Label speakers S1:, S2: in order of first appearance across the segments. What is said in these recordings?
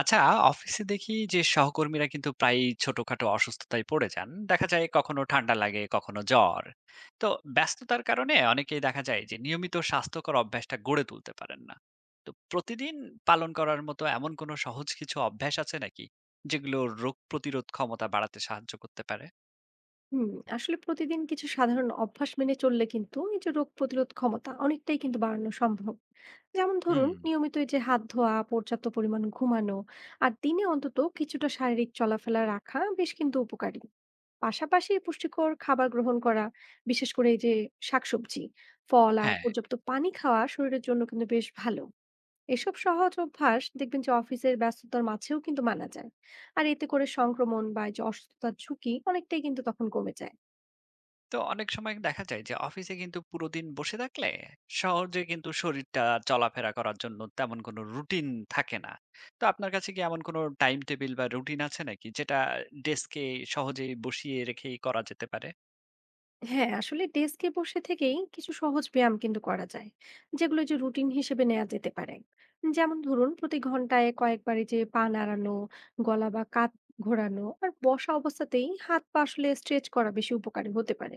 S1: আচ্ছা। অফিসে দেখি যে সহকর্মীরা কিন্তু প্রায়ই ছোটখাটো অসুস্থতায় পড়ে যান, দেখা যায় কখনো ঠান্ডা লাগে, কখনো জ্বর। তো ব্যস্ততার কারণে অনেকেই দেখা যায় যে নিয়মিত স্বাস্থ্যকর অভ্যাসটা গড়ে তুলতে পারেন না। তো প্রতিদিন পালন করার মতো এমন কোনো সহজ কিছু অভ্যাস আছে নাকি, যেগুলো রোগ প্রতিরোধ ক্ষমতা বাড়াতে সাহায্য করতে পারে?
S2: হুম, আসলে প্রতিদিন কিছু সাধারণ অভ্যাস মেনে চললে কিন্তু এই যে রোগ প্রতিরোধ ক্ষমতা অনেকটাই কিন্তু বাড়ানো সম্ভব। যেমন
S1: হুম।
S2: ধরুন নিয়মিত এই যে হাত ধোয়া, পর্যাপ্ত পরিমাণ ঘুমানো আর দিনে অন্তত কিছুটা শারীরিক চলাফেরা রাখা বেশ কিন্তু উপকারী। পাশাপাশি পুষ্টিকর খাবার গ্রহণ করা, বিশেষ করে এই যে শাকসবজি, ফল আর
S1: হ্যাঁ।
S2: পর্যাপ্ত পানি খাওয়া শরীরের জন্য কিন্তু বেশ ভালো। এসব সহজ অভ্যাস দেখবেন যে অফিসের ব্যস্ততার মাঝেও কিন্তু মানা যায়। আর এতে করে সংক্রমণ বা এই যে অসুস্থতার ঝুঁকি অনেকটাই কিন্তু তখন কমে যায়।
S1: তো অনেক সময় দেখা যায় যে অফিসে কিন্তু পুরো দিন বসে থাকলে সহজে কিন্তু শরীরটা চলাফেরা করার জন্য তেমন কোনো রুটিন থাকে না। তো আপনার কাছে কি এমন কোনো টাইম টেবিল বা রুটিন আছে নাকি, যেটা ডেস্কে সহজেই বসিয়ে রেখেই করা যেতে পারে?
S2: হ্যাঁ, আসলে ডেস্কে বসে থেকেই কিছু সহজ ব্যায়াম কিন্তু করা যায়, যেগুলো যে রুটিন হিসেবে নেওয়া যেতে পারে। যেমন ধরুন প্রতি ঘন্টায় কয়েকবার এই যে পা নাড়ানো, গলা বা কাঁধ ঘোরানো আর বসা অবস্থাতেই হাত পা আসলে স্ট্রেচ করা বেশি উপকারী হতে পারে।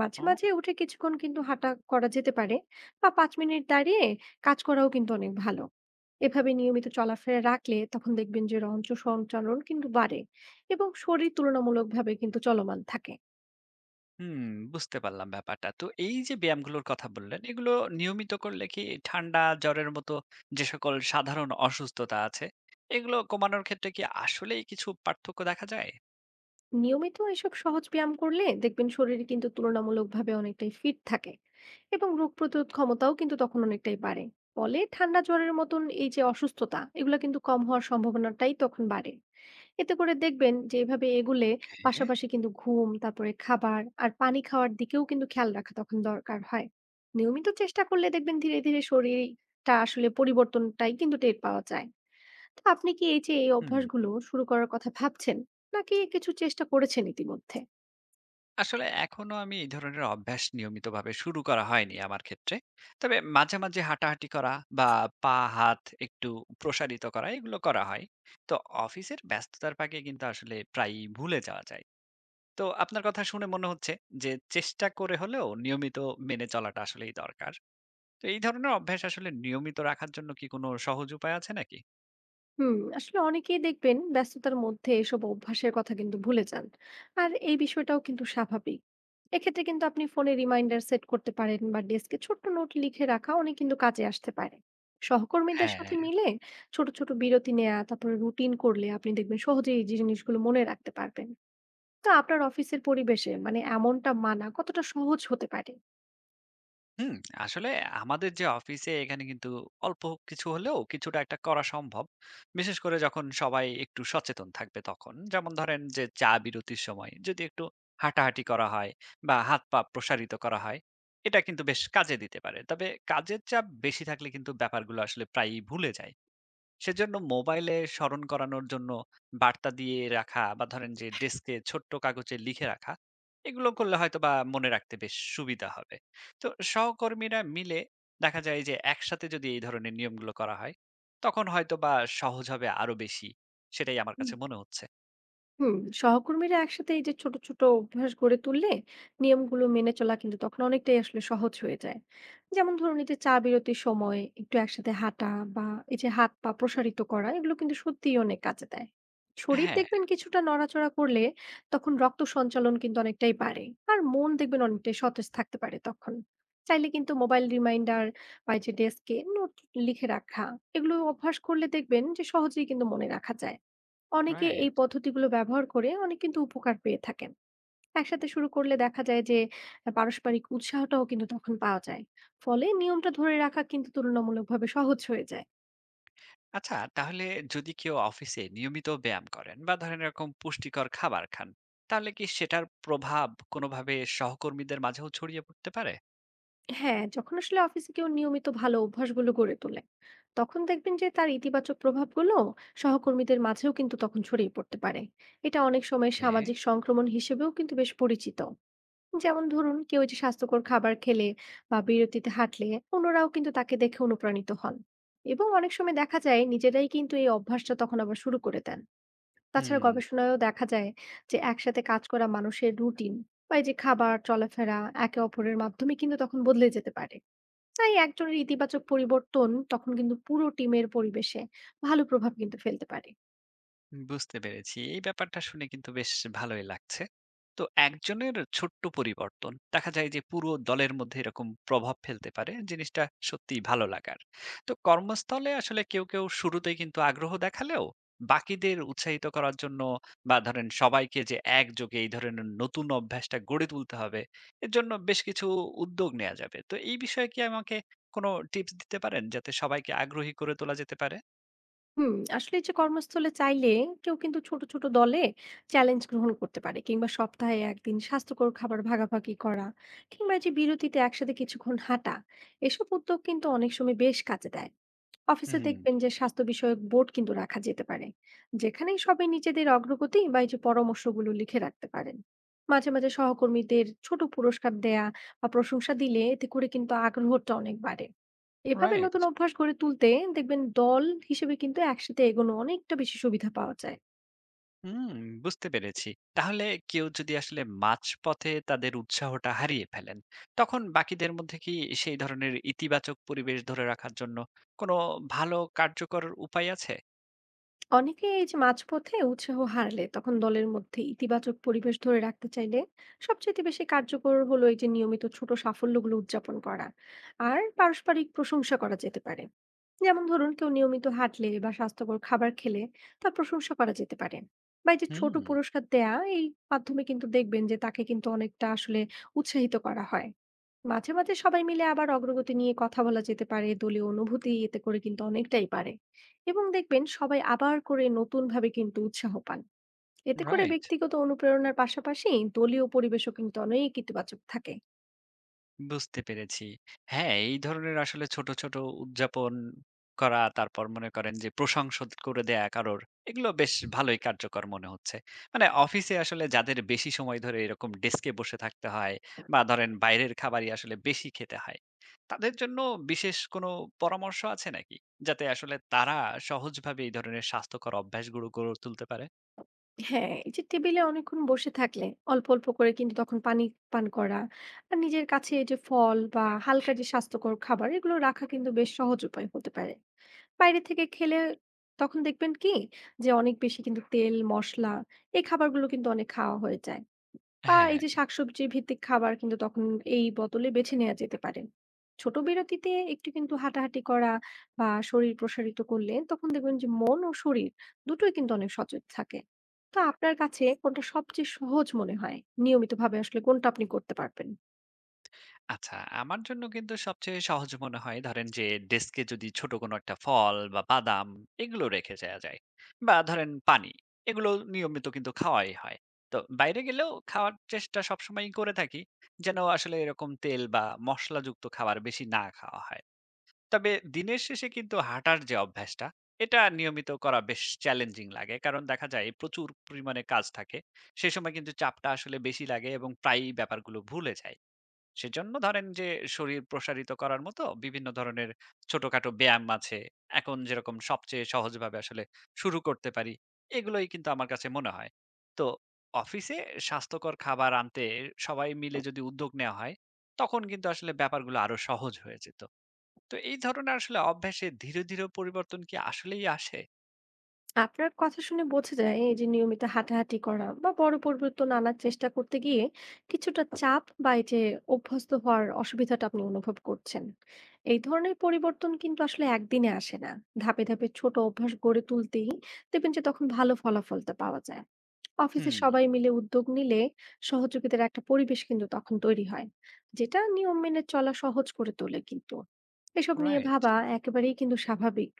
S2: মাঝে
S1: ও।
S2: মাঝে উঠে কিছুক্ষণ কিন্তু হাঁটা করা যেতে পারে, বা 5 মিনিট দাঁড়িয়ে কাজ করাও কিন্তু অনেক ভালো। এভাবে নিয়মিত চলাফেরা রাখলে তখন দেখবেন যে রঞ্চ সঞ্চালন কিন্তু বাড়ে এবং শরীর তুলনামূলকভাবে কিন্তু চলমান থাকে।
S1: হুম, বুঝতে পারলাম ব্যাপারটা। তো এই যে ব্যায়ামগুলোর কথা বললেন, এগুলো নিয়মিত করলে কি ঠান্ডা জ্বরের মতো যে সকল সাধারণ অসুস্থতা আছে, এগুলো কমানোর ক্ষেত্রে কি আসলেই কিছু পার্থক্য দেখা যায়?
S2: নিয়মিত এসব সহজ ব্যায়াম করলে দেখবেন শরীর কিন্তু তুলনামূলকভাবে অনেকটাই ফিট থাকে এবং রোগ প্রতিরোধ ক্ষমতাও কিন্তু তখন অনেকটাই বাড়ে। ফলে ঠান্ডা জ্বরের মতন এই যে অসুস্থতা এগুলো কিন্তু কম হওয়ার সম্ভাবনাটাই তখন বাড়ে। এতে করে দেখবেন যে এভাবে এগুলে
S1: ওকে।
S2: পাশাপাশি কিন্তু ঘুম, তারপরে খাবার আর পানি খাওয়ার দিকেও কিন্তু খেয়াল রাখা তখন দরকার হয়। নিয়মিত চেষ্টা করলে দেখবেন ধীরে ধীরে শরীরটা আসলে পরিবর্তনটাই কিন্তু টের পাওয়া যায়। তা আপনি কি এই যে এই
S1: হুম
S2: অভ্যাসগুলো শুরু করার কথা ভাবছেন, নাকি কিছু চেষ্টা করেছেন ইতিমধ্যে?
S1: আসলে এখনো আমি এই ধরনের অভ্যাস নিয়মিতভাবে শুরু করা হয়নি আমার ক্ষেত্রে। তবে মাঝে, মাঝে হাঁটাহাঁটি করা বা পা হাত একটু প্রসারিত করা এগুলো করা হয়। তো অফিসের ব্যস্ততার ফাঁকে কিন্তু আসলে প্রায়ই ভুলে যাওয়া যায়। তো আপনার কথা শুনে মনে হচ্ছে যে চেষ্টা করে হলেও নিয়মিত মেনে চলাটা আসলেই দরকার। তো এই ধরনের অভ্যাস আসলে নিয়মিত রাখার জন্য কি কোনো সহজ উপায় আছে নাকি?
S2: হুম, আসলে অনেকেই দেখবেন ব্যস্ততার মধ্যে এসব অভ্যাসের কথা কিন্তু ভুলে যান, আর এই বিষয়টাও কিন্তু স্বাভাবিক। এক্ষেত্রে কিন্তু আপনি ফোনে রিমাইন্ডার সেট করতে পারেন, বা ডেস্কে ছোট্ট নোট লিখে রাখা অনেক কিন্তু কাজে আসতে পারে। সহকর্মীদের সাথে
S1: হ্যাঁ।
S2: মিলে ছোট ছোট বিরতি নেওয়া, তারপরে রুটিন করলে আপনি দেখবেন সহজেই এই জিনিসগুলো মনে রাখতে পারবেন। তো আপনার অফিসের পরিবেশে মানে এমনটা মানা কতটা সহজ হতে পারে?
S1: হুম, আসলে আমাদের যে অফিসে এখানে কিন্তু অল্প কিছু হলেও কিছুটা একটা করা সম্ভব। বিশেষ করে যখন সবাই একটু সচেতন থাকবে তখন। যেমন ধরেন যে চা বিরতির সময় যদি একটু হাঁটাহাঁটি করা হয় বা হাত পা প্রসারিত করা হয়, এটা কিন্তু বেশ কাজে দিতে পারে। তবে কাজের চাপ বেশি থাকলে কিন্তু ব্যাপারগুলো আসলে প্রায়ই ভুলে যাই। সেজন্য মোবাইলে স্মরণ করানোর জন্য বার্তা দিয়ে রাখা বা ধরেন যে ডেস্কে ছোট্ট কাগজে লিখে রাখা এগুলো করলে হয়তো বা মনে রাখতে বেশ সুবিধা হবে। তো সহকর্মীরা মিলে দেখা যায় যে একসাথে যদি এই ধরনের নিয়মগুলো করা হয়, তখন হয়তো বা সহজ হবে আরো বেশি। সেটাই আমার কাছে মনে হচ্ছে।
S2: হুম, সহকর্মীরা একসাথে এই যে ছোট ছোট অভ্যাস গড়ে তুললে নিয়মগুলো মেনে চলা কিন্তু তখন অনেকটাই আসলে সহজ হয়ে যায়। যেমন ধরুন এই যে চা বিরতির সময় একটু একসাথে হাঁটা বা এই যে হাত পা প্রসারিত করা এগুলো কিন্তু সত্যিই অনেক কাজে দেয়। শরীর
S1: হ্যাঁ।
S2: দেখবেন কিছুটা নড়াচড়া করলে তখন রক্ত সঞ্চালন কিন্তু অনেকটাই বাড়ে, আর মন দেখবেন অনেকটাই সতেজ থাকতে পারে তখন। চাইলে কিন্তু মোবাইল রিমাইন্ডার বা এই যে ডেস্কে নোট লিখে রাখা, এগুলো অভ্যাস করলে দেখবেন যে সহজেই কিন্তু মনে রাখা যায়। অনেকে এই
S1: রাইট।
S2: পদ্ধতিগুলো ব্যবহার করে অনেক কিন্তু উপকার পেয়ে থাকেন। একসাথে শুরু করলে দেখা যায় যে পারস্পরিক উৎসাহটাও কিন্তু তখন পাওয়া যায়। ফলে নিয়মটা ধরে রাখা কিন্তু তুলনামূলকভাবে সহজ হয়ে যায়।
S1: আচ্ছা, তাহলে যদি কেউ অফিসে নিয়মিত ব্যায়াম করেন বা ধরেন এরকম পুষ্টিকর খাবার খান, তাহলে কি সেটার প্রভাব কোনোভাবে সহকর্মীদের মাঝেও ছড়িয়ে পড়তে পারে?
S2: হ্যাঁ, যখন আসলে অফিসে কেউ নিয়মিত ভালো অভ্যাসগুলো গড়ে তোলে, তখন দেখবেন যে তার ইতিবাচক প্রভাবগুলো সহকর্মীদের মাঝেও কিন্তু তখন ছড়িয়ে পড়তে পারে। এটা অনেক সময়
S1: ওকে।
S2: সামাজিক সংক্রমণ হিসেবেও কিন্তু বেশ পরিচিত। যেমন ধরুন কেউ এই যে স্বাস্থ্যকর খাবার খেলে বা বিরতিতে হাঁটলে অন্যরাও কিন্তু তাকে দেখে অনুপ্রাণিত হন, এবং অনেক সময় দেখা যায় নিজেরাই কিন্তু এই অভ্যাসটা তখন আবার শুরু করে দেন। তাছাড়া
S1: হুম,
S2: গবেষণায়ও দেখা যায় যে একসাথে কাজ করা মানুষের রুটিন বা এই যে খাবার, চলাফেরা একে অপরের মাধ্যমে কিন্তু তখন বদলে যেতে পারে। তাই একজনের ইতিবাচক পরিবর্তন তখন কিন্তু পুরো টিমের পরিবেশে ভালো প্রভাব কিন্তু ফেলতে পারে।
S1: বুঝতে পেরেছি। এই ব্যাপারটা শুনে কিন্তু বেশ ভালোই লাগছে। তো একজনের ছোট্ট পরিবর্তন দেখা যায় যে পুরো দলের মধ্যে এরকম প্রভাব ফেলতে পারে। জিনিসটা সত্যিই ভালো লাগার। তো কর্মস্থলে আসলে কেউ, কেউ শুরুতেই কিন্তু আগ্রহ দেখালেও বাকিদের উৎসাহিত করার জন্য বা ধরেন সবাইকে যে একযোগে এই ধরনের নতুন অভ্যাসটা গড়ে তুলতে হবে, এর জন্য বেশ কিছু উদ্যোগ নেওয়া যাবে। তো এই বিষয়ে কি আমাকে কোনো টিপস দিতে পারেন যাতে সবাইকে আগ্রহী করে তোলা যেতে পারে?
S2: হুম, আসলে এই যে কর্মস্থলে চাইলে কেউ কিন্তু ছোট ছোট দলে চ্যালেঞ্জ গ্রহণ করতে পারে, কিংবা সপ্তাহে একদিন স্বাস্থ্যকর খাবার ভাগাভাগি করা, কিংবা এই যে বিরতিতে একসাথে কিছুক্ষণ হাঁটা, এসব উদ্যোগ কিন্তু অনেক সময় বেশ কাজে দেয়। অফিসে
S1: হুম।
S2: দেখবেন যে স্বাস্থ্য বিষয়ক বোর্ড কিন্তু রাখা যেতে পারে, যেখানে সবাই নিজেদের অগ্রগতি বা এই যে পরামর্শগুলো লিখে রাখতে পারেন। মাঝে মাঝে সহকর্মীদের ছোট পুরস্কার দেয়া বা প্রশংসা দিলে এতে করে কিন্তু আগ্রহটা অনেক বাড়ে। এভাবে
S1: রাইট।
S2: নতুন অভ্যাস গড়ে তুলতে দেখবেন দল হিসেবে কিন্তু একসাথে এগোনো অনেকটা বেশি সুবিধা পাওয়া যায়।
S1: হুম, বুঝতে পেরেছি। তাহলে কেউ যদি আসলে মাঝপথে তাদের উৎসাহটা হারিয়ে ফেলেন, তখন বাকিদের মধ্যে কি সেই ধরনের ইতিবাচক পরিবেশ ধরে রাখার জন্য কোনো ভালো কার্যকর উপায় আছে?
S2: অনেকে এই যে মাঝপথে উৎসাহ হারলে তখন দলের মধ্যে ইতিবাচক পরিবেশ ধরে রাখতে চাইলে সবচেয়ে বেশি কার্যকর হলো এই যে নিয়মিত ছোট সাফল্যগুলো উদযাপন করা আর পারস্পরিক প্রশংসা করা যেতে পারে। যেমন ধরুন কেউ নিয়মিত হাঁটলে বা স্বাস্থ্যকর খাবার খেলে তার প্রশংসা করা যেতে পারে, বা এই যে ছোট
S1: হুম।
S2: পুরস্কার দেয়া, এই মাধ্যমে কিন্তু দেখবেন যে তাকে কিন্তু অনেকটা আসলে উৎসাহিত করা হয়। মাঝে মাঝে সবাই মিলে আবার অগ্রগতি নিয়ে কথা বলা যেতে পারে, দলীয় অনুভূতি এতে করে কিন্তু অনেকটাই পারে এবং দেখবেন সবাই আবার করে নতুন ভাবে কিন্তু উৎসাহ পান। এতে করে
S1: রাইট।
S2: ব্যক্তিগত অনুপ্রেরণার পাশাপাশি দলীয় পরিবেশও কিন্তু অনেক ইতিবাচক থাকে।
S1: বুঝতে পেরেছি। হ্যাঁ, এই ধরনের আসলে ছোট, ছোট উদযাপন করা, তারপর মনে করেন যে প্রশংসা করে দেয়া কারোর, এগুলো বেশ ভালোই কার্যকর মনে হচ্ছে। মানে অফিসে আসলে যাদের বেশি সময় ধরে এরকম ডেস্কে বসে থাকতে হয় বা ধরেন বাইরের খাবারই আসলে বেশি খেতে হয়, তাদের জন্য বিশেষ কোনো পরামর্শ আছে নাকি? যাতে আসলে তারা সহজভাবে এই ধরনের স্বাস্থ্যকর অভ্যাসগুলো গড়ে তুলতে পারে?
S2: হ্যাঁ, এই যে টেবিলে অনেকক্ষণ বসে থাকলে অল্প অল্প করে কিন্তু তখন পানি পান করা আর নিজের কাছে এই যে ফল বা হালকা যে স্বাস্থ্যকর খাবার এগুলো রাখা কিন্তু বেশ সহজ উপায় হতে পারে। বাইরে থেকে খেলে তখন দেখবেন কি যে অনেক বেশি কিন্তু তেল, মশলা এই খাবারগুলো কিন্তু অনেক খাওয়া হয়ে যায়। বা এই
S1: হ্যাঁ।
S2: যে শাকসবজি ভিত্তিক খাবার কিন্তু তখন এই বদলে বেছে নেওয়া যেতে পারে। ছোট বিরতিতে একটু কিন্তু হাঁটাহাঁটি করা বা শরীর প্রসারিত করলে তখন দেখবেন যে মন ও শরীর দুটোই কিন্তু অনেক সচেত থাকে। তো আপনার কাছে কোনটা সবচেয়ে সহজ মনে হয়? নিয়মিতভাবে আসলে কোনটা আপনি করতে পারবেন?
S1: আচ্ছা, আমার জন্য কিন্তু সবচেয়ে সহজ মনে হয় ধরেন যে ডেস্কে যদি ছোট কোনো একটা ফল বা বাদাম এগুলো রেখে যাওয়া যায়। বা ধরেন পানি এগুলো নিয়মিত কিন্তু খাওয়াই হয়। তো বাইরে গেলেও খাওয়ার চেষ্টা সবসময়ই করে থাকি। যেন আসলে এরকম তেল বা মশলাযুক্ত খাবার বেশি না খাওয়া হয়। তবে দিনের শেষে কিন্তু হাঁটার যে অভ্যাসটা এটা নিয়মিত করা বেশ চ্যালেঞ্জিং লাগে। কারণ দেখা যায় প্রচুর পরিমাণে কাজ থাকে। সে সময় কিন্তু চাপটা আসলে বেশি লাগে এবং প্রায়ই ব্যাপারগুলো ভুলে যাই। সেজন্য ধরেন যে শরীর প্রসারিত করার মতো বিভিন্ন ধরনের ছোটখাটো ব্যায়াম আছে। এখন যেরকম সবচেয়ে সহজভাবে আসলে শুরু করতে পারি, এগুলোই কিন্তু আমার কাছে মনে হয়। তো অফিসে স্বাস্থ্যকর খাবার আনতে সবাই মিলে যদি উদ্যোগ নেওয়া হয়, তখন কিন্তু আসলে ব্যাপারগুলো আরো সহজ হয়ে যেত। তো এই ধরনের আসলে অভ্যাসে ধীরে, ধীরে পরিবর্তন কি আসলেই আসে?
S2: আপনার কথা শুনে বোঝা যায় এই যে নিয়মিত হাঁটাহাঁটি করা বা বড় পরিবর্তন আনার চেষ্টা করতে গিয়ে কিছুটা চাপ বা এই যে অভ্যস্ত হওয়ার অসুবিধাটা আপনি অনুভব করছেন। এই ধরনের পরিবর্তন কিন্তু আসলে একদিনে আসে না। ধাপে ধাপে ছোট অভ্যাস গড়ে তুলতেই দেখবেন যে তখন ভালো ফলাফলটা পাওয়া যায়। অফিসে সবাই
S1: হুম।
S2: মিলে উদ্যোগ নিলে সহযোগিতার একটা পরিবেশ কিন্তু তখন তৈরি হয়, যেটা নিয়ম মেনে চলা সহজ করে তোলে। কিন্তু এসব নিয়ে
S1: রাইট।
S2: ভাবা একেবারেই কিন্তু স্বাভাবিক।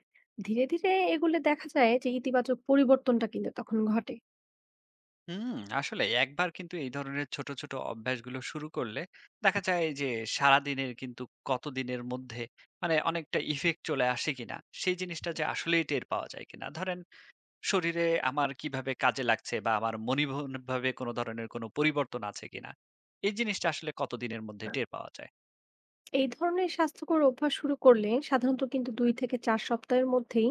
S2: ধীরে ধীরে এগুলো দেখা যায় যে ইতিবাচক পরিবর্তনটা কিন্তু তখন ঘটে।
S1: হুম, আসলে একবার কিন্তু এই ধরনের ছোট, ছোট অভ্যাসগুলো শুরু করলে দেখা যায় যে সারাদিনের কিন্তু কতদিনের মধ্যে মানে অনেকটা ইফেক্ট চলে আসে কিনা, সেই জিনিসটা যে আসলেই টের পাওয়া যায় কিনা। ধরেন শরীরে আমার কিভাবে কাজে লাগছে বা আমার মনিবনভাবে কোনো ধরনের কোনো পরিবর্তন আছে কিনা। এই জিনিসটা আসলে কতদিনের মধ্যে টের পাওয়া যায়?
S2: এই ধরনের স্বাস্থ্যকর অভ্যাস শুরু করলে সাধারণত কিন্তু 2 থেকে 4 সপ্তাহের মধ্যেই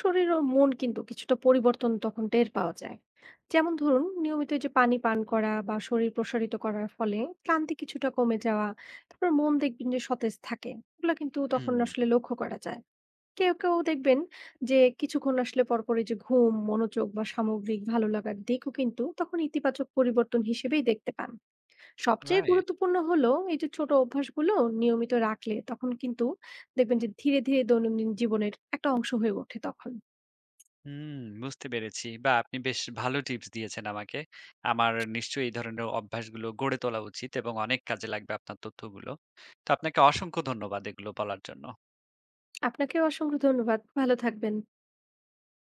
S2: শরীর ও মন কিন্তু কিছুটা পরিবর্তন তখন টের পাওয়া যায়। যেমন ধরুন নিয়মিত এই যে পানি পান করা বা শরীর প্রসারিত করার ফলে ক্লান্তি কিছুটা কমে যাওয়া, তারপর মন দেখবেন যে সতেজ থাকে, এগুলো কিন্তু তখন
S1: হুম।
S2: আসলে লক্ষ্য করা যায়। কেউ কেউ দেখবেন যে কিছুক্ষণ আসলে পরপরে যে ঘুম, মনোযোগ বা সামগ্রিক ভালো লাগার দিকও কিন্তু তখন ইতিবাচক পরিবর্তন হিসেবেই দেখতে পান। সবচেয়ে
S1: রাইট।
S2: গুরুত্বপূর্ণ হলো এই যে ছোট অভ্যাসগুলো নিয়মিত রাখলে তখন কিন্তু দেখবেন যে ধীরে ধীরে দৈনন্দিন জীবনের একটা অংশ হয়ে ওঠে তখন।
S1: হুম, বুঝতে পেরেছি। বাহ! আপনি বেশ ভালো টিপস দিয়েছেন আমাকে। আমার নিশ্চয়ই এই ধরনের অভ্যাসগুলো গড়ে তোলা উচিত এবং অনেক কাজে লাগবে আপনার তথ্যগুলো। তো আপনাকে অসংখ্য ধন্যবাদ এগুলো বলার জন্য।
S2: আপনাকেও অসংখ্য ধন্যবাদ, ভালো থাকবেন।